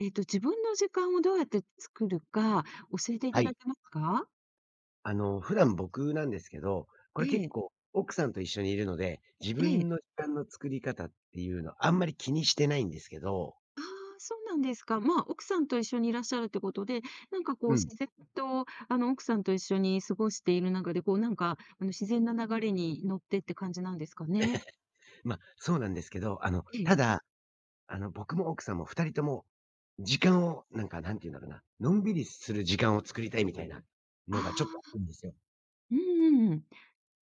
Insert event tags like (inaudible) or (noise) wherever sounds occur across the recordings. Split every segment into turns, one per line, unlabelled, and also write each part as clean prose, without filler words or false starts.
自分の時間をどうやって作るか教えてい
は
ただ
い。
けますか？
普段僕なんですけど、こ
え
れ結
え、
構奥さんと一緒にいるので、自
ええ。
分の時間の作り方っていうのあんまり気にしてないんですけど、
ああ、そうなんですか。まあ、奥さんと一緒にいらっしゃるってことで、なんかこう
うん。
自然と、奥さんと一緒に過ごしている中で、こうなんか、自然な流れに乗ってって感じなんですかね？
まあ、そうなんですけど、
ええ。
ただ、僕も奥さんも2人とも、時間をなんか、なんていうんだろうな、のんびりする時間を作りたいみたいな
あ
のがちょっとあ
あ、
るんですよ。
うんうんうん。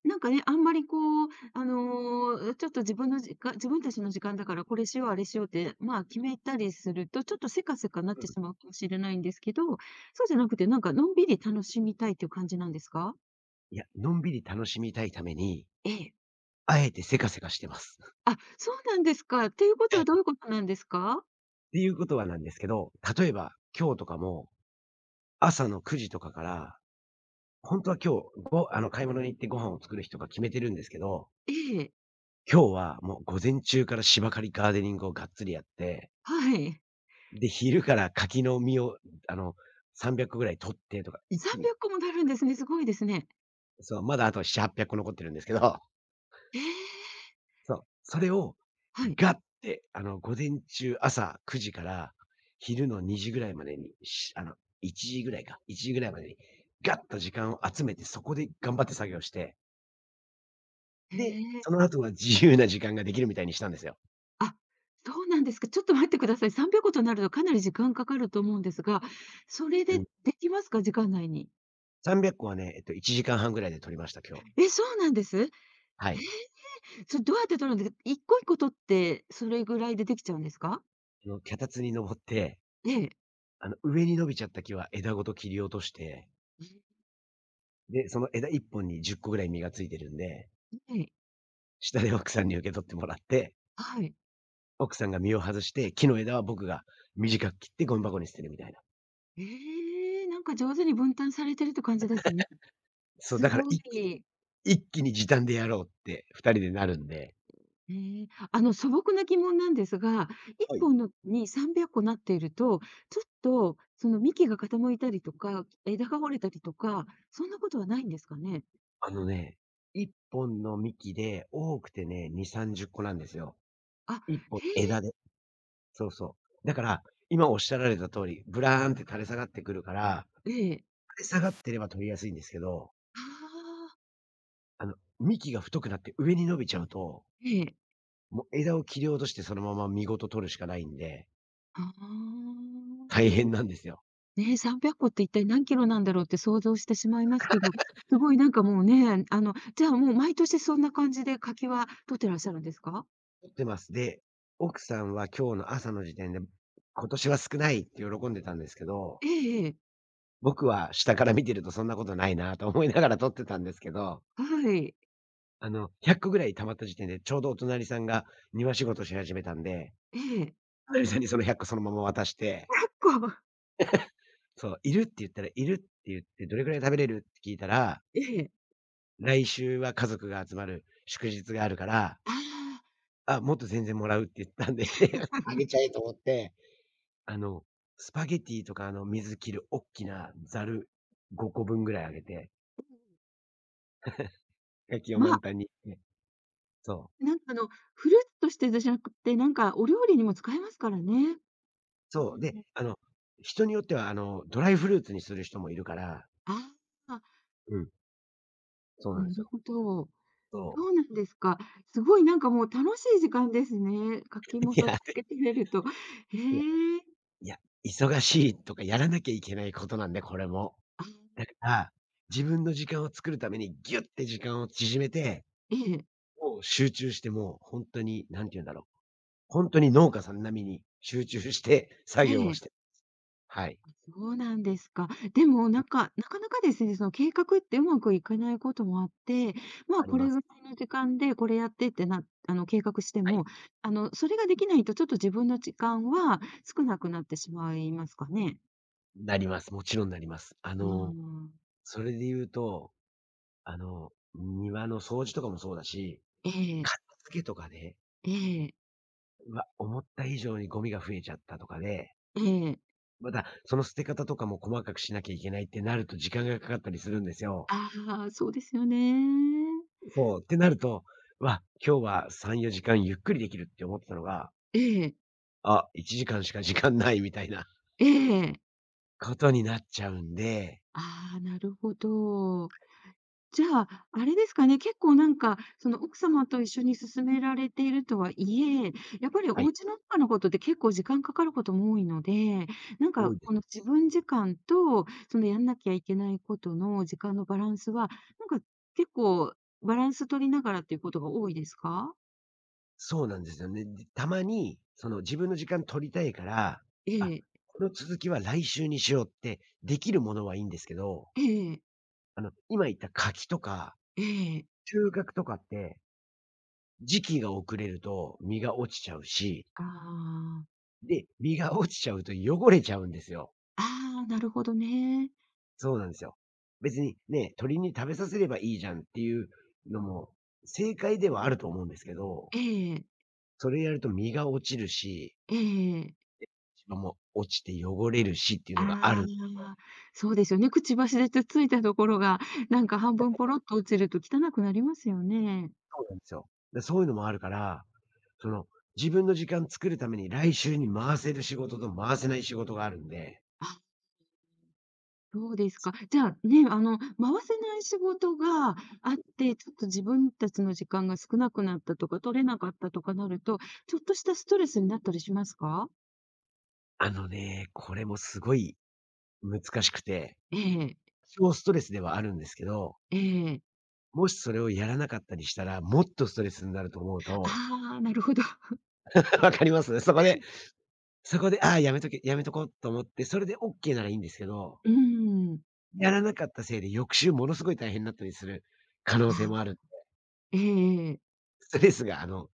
なんかね、あんまりこう、ちょっと自分たちの時間だからこれしよう、あれしようって、まあ、決めたりすると、ちょっとせかせかなっ
うん。
てしまうかもしれないんですけど、そうじゃなくて、なんかのんびり楽しみたいっていう感じなんですか？
いや、のんびり楽しみたいために、
ええ。
あえてせかせかしてます。
あ、そうなんですか。っていうことはどうい
(laughs)
うことなんですか？
っていうことはなんですけど、例えば今日とかも朝の9時とかから本当は今日、ごあの、買い物に行ってご飯を作る日とか決めてるんですけど、
ええ、
今日はもう午前中から芝刈りガーデニングをがっつりやって、
はい。
で、昼から柿の実を、あの、300個ぐらい取ってとか、一気
300
に、
個もなるんですね、すごいですね。
そう、まだあと7、800個残ってるんですけど、
ええ、
そう、それを
はい。
ガッて、午前中、朝9時から昼の2時ぐらいまでに、しあの、1時ぐらいか、1時ぐらいまでにガッと時間を集めて、そこで頑張って作業して、
え
で、その
え。
後は自由な時間ができるみたいにしたんですよ。
あ、そうなんですか。ちょっと待ってください。3 0ごとになるとかなり時間かかると思うんですが、それ
う
で
ん、
できますか？時間内に。
300個はね、1時間半ぐらいで取りました、今日。
え、そうなんです？え
はい。
それどうやって取るんですか？一個一個取って、それぐらいでできちゃうんですか？
脚立に登って、
ええ。
上に伸びちゃった木は枝ごと切り落として、で、その枝1本に10個ぐらい実がついてるんで、
ええ。
下で奥さんに受け取ってもらって、
はい。
奥さんが実を外して、木の枝は僕が短く切ってゴミ箱に捨てるみたいな。
ええ、なんか上手に分担されてるって感じですね。
そう、
す
だから
ご
一気に
い。
一気に時短でやろうって2人でなるんで、
ええ、あの素朴な疑問なんですが、1
はい。
本のに300個なっていると、ちょっとその幹が傾いたりとか、枝が折れたりとか、そんなことはないんですかね？
あのね、1本の幹で多くてね、2、30個なんですよ。
あ、
1本
へ
枝で。そうそう。だから、今おっしゃられた通り、ブラーンって垂れ下がってくるから、
えええ。
垂れ下がってれば取りやすいんですけど、
ああ、
あの、幹が太くなって上に伸びちゃうと、
ええ。
もう枝を切り落としてそのまま実ごと取るしかないんで、
ああ。
大変なんですよ。
ねえ、300個っこって一体何キロなんだろうって想像してしまいますけど、すごいなんかもうね、じゃあもう毎年そんな感じで柿は取ってらっしゃるんですか？
取ってます。で、奥さんは今日の朝の時点で、今年は少ないって喜んでたんですけど、
ええええ。
僕は下から見てるとそんなことないなと思いながら取ってたんですけど、
はい。
100個ぐらい溜まった時点でちょうどお隣さんが庭仕事し始めたんで、
ええ。
花火さんにその100個そのまま渡して、
結構
そう、いるって言ったら、いるって言って、どれくらい食べれるって聞いたら、
ええ。
来週は家族が集まる祝日があるから、
ああ。
あ、もっと全然もらうって言ったんで (laughs)、あげちゃえと思って、あの、スパゲティとか、水切るおっきなざる5個分ぐらいあげて、焼きを
ま、
満
あ
タンにね、そ
なんかフルーツとしてじゃなくて、なんかお料理にも使えますからね。
う。
うん。
そう、で、人によっては、ドライフルーツにする人もいるから、
ああ、
うん、そうなん
な
です
る
よ。
ほど。
そ
そうなんですか。すごいなんかもう楽しい時間ですね。柿も
う。い
そうか
や、
けてみると。へえ。
いやいや、忙しいとかやらなきゃいけないことなんで、これも。
あ、
だから、自分の時間を作るためにギュッて時間を縮めて、
ええ、
もう集中して、もうほんとに、何て言うんだろう、ほんとに農家さん並みに集中して作
え
業をして、
え。
はい、
そうなんですか。でも、なんか、なかなかですね、その計画ってうまくいかないこともあって、ま
あ
あ、
り
こ
ま
れ
す。
ぐらいの時間でこれやってってな計画して
はい。
も、それができないとちょっと自分の時間は少なくなってしまいますかね？
なります。もちろんなります。
あー
それで言うと、庭の掃除とかもそうだし、
ええ、
片付けとかで、
ええ、
うわ、思った以上にゴミが増えちゃったとかで
ええ。
また、その捨て方とかも細かくしなきゃいけないってなると時間がかかったりするんですよ。
ああ、そうですよね。
そう。ってなると、わ、今日は3、4時間ゆっくりできるって思ってたのが、
ええ、
あ、1時間しか時間ないみたいな
ええ。
ことになっちゃうんで、
ああ、なるほど。じゃあ、あれですかね、結構なんか、その奥様と一緒に進められているとはいえ、やっぱり
は
お
い、
家の中のことって結構時間かかることも多いので、なん
多
か
いです
この
ね。
自分時間と、そのやんなきゃいけないことの時間のバランスは、なんか結構バランス取りながらっていうことが多いですか？
そうなんですよね。で、たまに、自分の時間取りたいから、
え
あ、
え、
この続きは来週にしようってできるものはいいんですけど、
ええ、
今言った柿とか、
ええ。
収穫とかって、時期が遅れると実が落ちちゃうし
ああ、
で、実が落ちちゃうと汚れちゃうんですよ。
ああ、なるほどね。
そうなんですよ。別にね、鳥に食べさせればいいじゃんっていうのも、正解ではあると思うんですけど、
ええ、
それやると実が落ちるし、
ええ。
芝も落ちて汚れるしっていうのがあ
あ
る。
あ、そうですよね。くちばしでつついたところが、なんか半分ポロっと落ちると汚くなりますよね。
そうなんですよ。で、そういうのもあるから、その、自分の時間作るために来週に回せる仕事と回せない仕事があるんで、
あ、そうですか。じゃあ、ね、回せない仕事があって、ちょっと自分たちの時間が少なくなったとか、取れなかったとかなると、ちょっとしたストレスになったりしますか？
あのね、これもすごい難しくて、
ええ、
小ストレスではあるんですけど、
ええ。
もしそれをやらなかったりしたら、もっとストレスになると思うと、
ああ、なるほど。
(laughs) わかります？そこでそこで、ああ、やめとけやめとこうと思って、それでオッケーならいいんですけど、
うーん。
やらなかったせいで翌週ものすごい大変になったりする可能性も
あ、
ある。
ええええ。
ストレスがあの、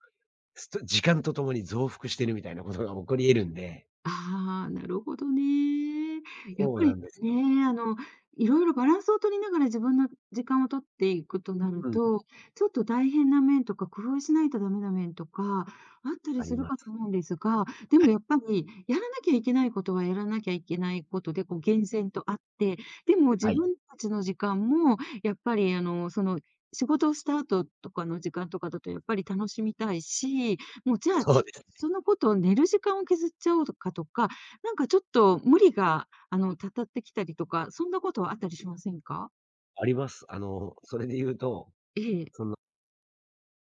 スト時間とともに増幅してるみたいなことが起こり得るんで。
ああ、なるほどね。やっ
そう
ぱ
な
り
んですよ。
ね、いろいろバランスを取りながら自分の時間を取っていくとなる
うん、
と、ちょっと大変な面とか、工夫しないとダメな面とか、あった
あ
り
り
する
ま
かと
す。
思うんですが、でもやっぱり、やらなきゃいけないことはやらなきゃいけないことで、こう、厳選とあって、でも自
はい、
分たちの時間も、やっぱり、仕事をした後とかの時間とかだとやっぱり楽しみたいし、もうじゃあ
そうです。
そのことを寝る時間を削っちゃおうとか、なんかちょっと無理が、たたってきたりとか、そんなことはあったりしませんか？
あります。それで言うと、
ええ。
その、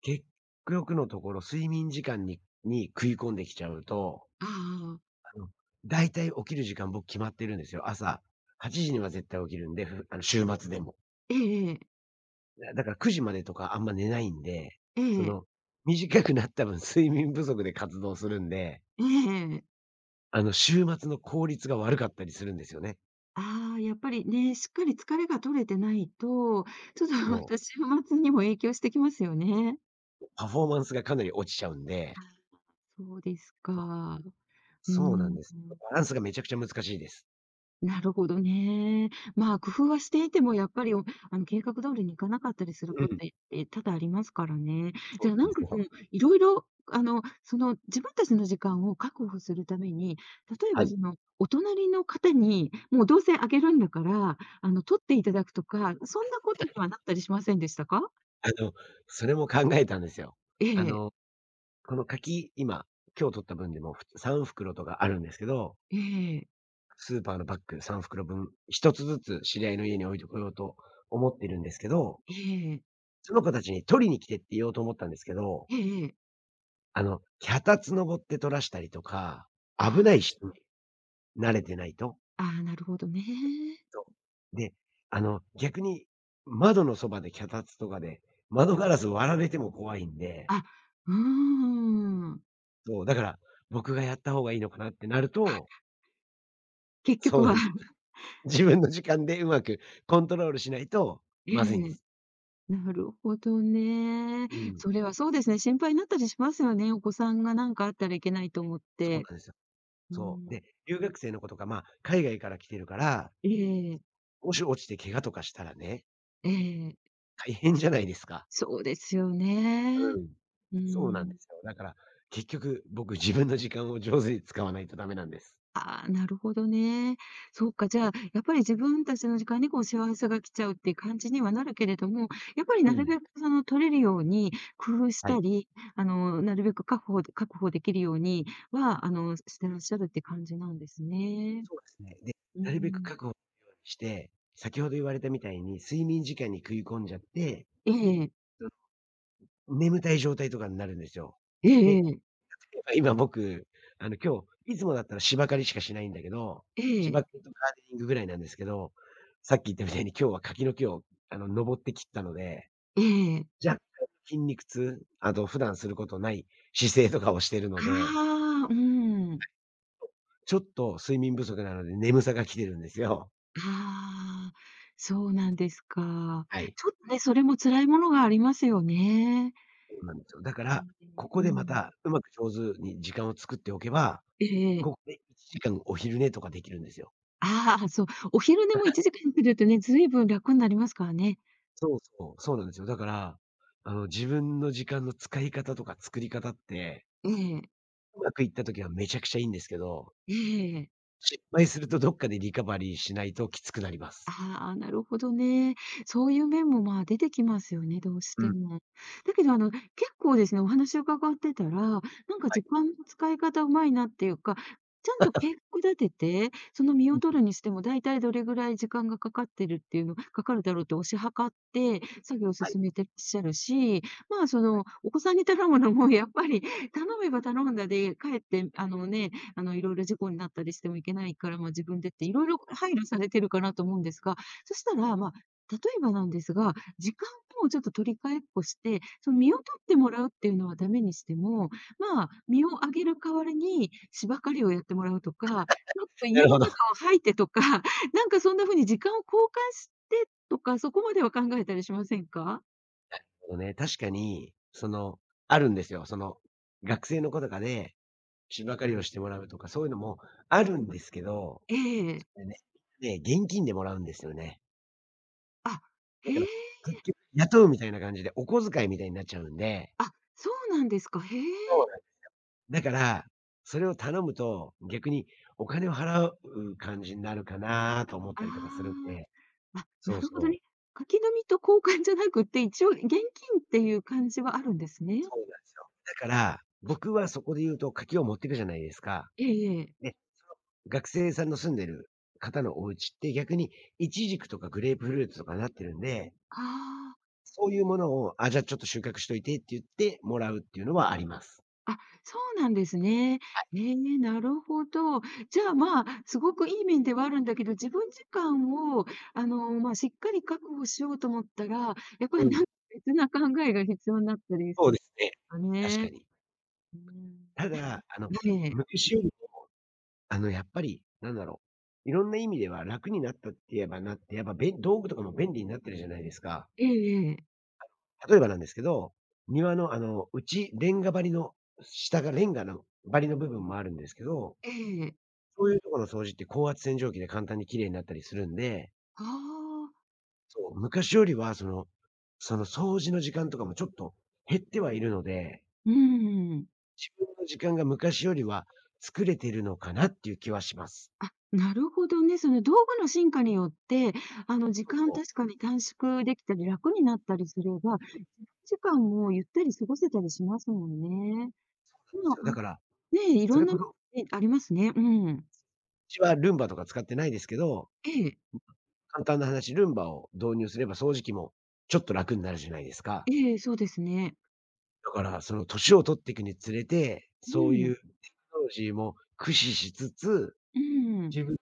結局のところ睡眠時間に食い込んできちゃうと、
ああ。
あの、だいたい起きる時間僕決まってるんですよ。朝8時には絶対起きるんで、ふあの、週末でも。
ええええ。
だから9時までとかあんま寝ないんで、
え
そ
え。
の、短くなった分睡眠不足で活動するんで、
ええええ。
週末の効率が悪かったりするんですよね。
ああ、やっぱりね、しっかり疲れが取れてないと、ちょっとま
そ
た週末にも影響してきますよね。
う。パフォーマンスがかなり落ちちゃうんで、
そうです
そう、
か。うー
そうなん
ん。
です。バランスがめちゃくちゃ難しいです。
なるほどね。まあ、工夫はしていても、やっぱり、おあの、計画通りにいかなかったりする
う
こ
ん、
とって、多々ありますからね。
そ
じ
う
ゃあ、
な
な
ん
ん
で
か
す
そ
よ。
の、いろいろ、自分たちの時間を確保するために、例え
は
ば
い。
その、お隣の方に、もうどうせあげるんだから、取っていただくとか、そんなことにはなったりしませんでしたか？
あの、それも考えたんですよ。
え
あ
え、
の、この柿、今、今日取った分でも3袋とかあるんですけど、
ええ、
スーパーのパック3袋分、一つずつ知り合いの家に置いてこようと思ってるんですけど、
ええ、ええ
その子たちに取りに来てって言おうと思ったんですけど、
ええええええ
脚立登って取らしたりとか、危な
あ
いし、慣れてないと。
あ、ああ、なるほどね。
そう。で、逆に窓のそばで脚立とかで、窓ガラス割られても怖いんで、
あ、うーん。
そう、だから僕がやった方がいいのかなってなる
あ、
と、
結
そ
局
うな
は、
んです。
(laughs)
自分の時間でうまくコントロールしないと
え
まずいんで
え。
す。
なるほどね。
うん、
それはそうですね、心配になったりしますよね。お子さんが何かあったらいけないと思っ
そう
て。
なんですよ。
う
そう。
ん。
で、留学生の子とか、まあ、海外から来てるから、
ええ、
もし落ちて怪我とかしたらね、
ええ、
大変じゃないですか。
そうですよ
う
ね。
ん。
う
そうなんで
ん。
すよ。だから、結局、僕自分の時間を上手に使わないとダメなんです。
ああ、なるほどね。そうか、じゃあ、やっぱり自分たちの時間にこうしわせが来ちゃうっていう感じにはなるけれども、やっぱり
う
なる
ん。
べくその取れるように工夫し
は
た
い。
り、なるべく確保できるようには、してらっしゃるって感じなんですね。
そうですね。で、
う
なるべく
ん。
確保するようにして、先ほど言われたみたいに睡眠時間に食い込んじゃって
ええ。
眠たい状態とかになるんですよ。
え
で、
え
例え
ええ。
ば今僕、今日、いつもだったら芝刈りしかしないんだけど、
ええ
芝刈りとガーデニングぐらいなんですけど、さっき言ったみたいに今日は柿の木を、登って切ったので、若干筋肉痛、あと普段することない姿勢とかをしてるので、
ああ、うん。
ちょっと睡眠不足なので眠さが来てるんですよ。
ああ、そうなんですか。
はい。
ちょっとね、それも辛いものがありますよね。
そうなんですよ。だか
え
ら、こ
え、う
こでま
ん。
たうまく上手に時間を作っておけば、
え
ここ
え
で1時間お昼寝とかできるんですよ。
ああ、そう、お昼寝も1時間するとね、ずいぶん楽になりますからね。
そうそう、そうなんですよ。だから、自分の時間の使い方とか作り方って、
ええ、
うまくいった時はめちゃくちゃいいんですけど、
ええ
失敗するとどっかでリカバリーしないときつくなります。
ああ、なるほどね。そういう面も、まあ、出てきますよね、どうし
う
て
ん。
も。だけど、結構ですね、お話を伺ってたら、なんか
は
時
い。
間の使い方うまいなっていうか、ちゃんと計画立てて、その身
う
を
ん。
取るにしても、だいたいどれぐらい時間がかかってるっていうの、かかるだろうって推し量って、作業を
はい。
進めてらっしゃるし、まあ、その、お子さんに頼むのも、やっぱり、頼めば頼んだで、かえって、あのね、いろいろ事故になったりしてもいけないから、まあ、自分でっていろいろ配慮されてるかなと思うんですが、そしたら、まあ、例えばなんですが、時間をちょっと取り替えっこして、その身を取ってもらうっていうのはダメにしても、まあ、身をあげる代わりに芝刈りをやってもらうとか、ちょっと
(laughs) な
家
る
の
ほど。(laughs) そ
中を掃いてとか、(laughs) なんかそんな風に時間を交換してとか、そこまでは考えたりしませんか？
うね、確かに、あるんですよ。その、学生の子とかで、芝刈りをしてもらうとか、そういうのもあるんですけど、
ええ。
でね、現金でもらうんですよね。
あ、
だ
へ
から、
え。
結局雇うみたいな感じで、お小遣いみたいになっちゃうんで。
あ、そうなんですか。へえ。
だから、それを頼むと、逆にお金を払う感じになるかなと思っ
あ
たりとかするん
あ
で。
ー。あ、
そ
な
う
るほど
そ
ね。
う。
書き留みと交換じゃなくって、一応現金っていう感じはあるんですね。
そうなんですよ。だから、僕はそこで言うと柿を持ってくじゃないですか。
ええええ。
で、学生さんの住んでる方のお家って逆にイチジクとかグレープフルーツとかなってるんで、
あ
そういうものを、あ、じゃあちょっと収穫しといてって言ってもらうっていうのはあります。
あ、あ、そうなんですね。ええ、なるほど。じゃあ、まあ、すごくいい面ではあるんだけど、自分時間を、まあ、しっかり確保しようと思ったら、やっぱ
う
り
ん、
なんか別な考えが必要になったり
そ
す
う
る
ですね。
か
確
ね。
かに。
うーん。
ただ、
ええ。
昔よりやっぱり、なんだろう。いろんな意味では楽になったって言えばなって、やっぱべ道具とかも便利になってるじゃないですか。
ええええ。
例えばなんですけど、庭のうち、レンガ張りの、下がレンガの張りの部分もあるんですけど、
ええ。
そういうところの掃除って高圧洗浄機で簡単に綺麗になったりするんで、
ああ、
そう、昔よりはその、掃除の時間とかもちょっと減ってはいるので、
うーん。
自分の時間が昔よりは作れてるのかなっていう気はします。
あ、なるほどね。その道具の進化によって、時
そう
間
そ
確
う。
かに短縮できたり楽になったりすれば、時間もゆったり過ごせたりしますもんね。
なんで
まあ、
すよ。だ
あ
から、
ね、い
そ
ろ
れ
んな、
こ
ね、
そ
ありますね。うん。
ちはルンバとか使ってないですけど、
ええ、
簡単な話、ルンバを導入すれば掃除機もちょっと楽になるじゃないですか。
ええ、そうですね。
だから、その年を取っていくにつれて、
う
そうい
ん、
うテクノロジーも駆使しつつ、
うん。
自分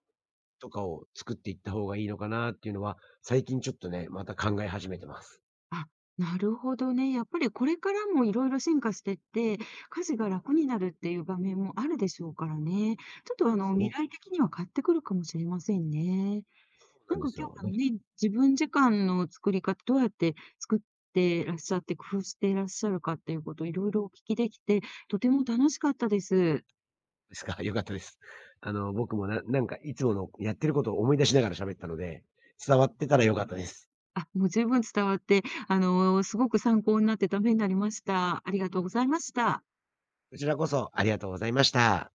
とかを作っていった方がいいのかなっていうのは、最近ちょっとね、また考え始めてます。
あ、なるほどね。やっぱりこれからもいろいろ進化してって、家事が楽になるっていう場面もあるでしょうからね。ちょっ
そ
と
うですよ
未
ね。
来的には変わってくるかもしれませんね。
そうな
なん
んで
か
す
今
よ。
日
どう
はね、自分時間の作り方、どうやって作ってらっしゃって、工夫していらっしゃるかっていうこと、をいろいろお聞きできて、とても楽しかったです。
ですか？(laughs) 良かったです。僕もなんかいつものやってることを思い出しながら喋ったので、伝わってたら良かったです。
あ、もう十分伝わって、すごく参考になってためになりました。ありがとうございました。
こちらこそありがとうございました。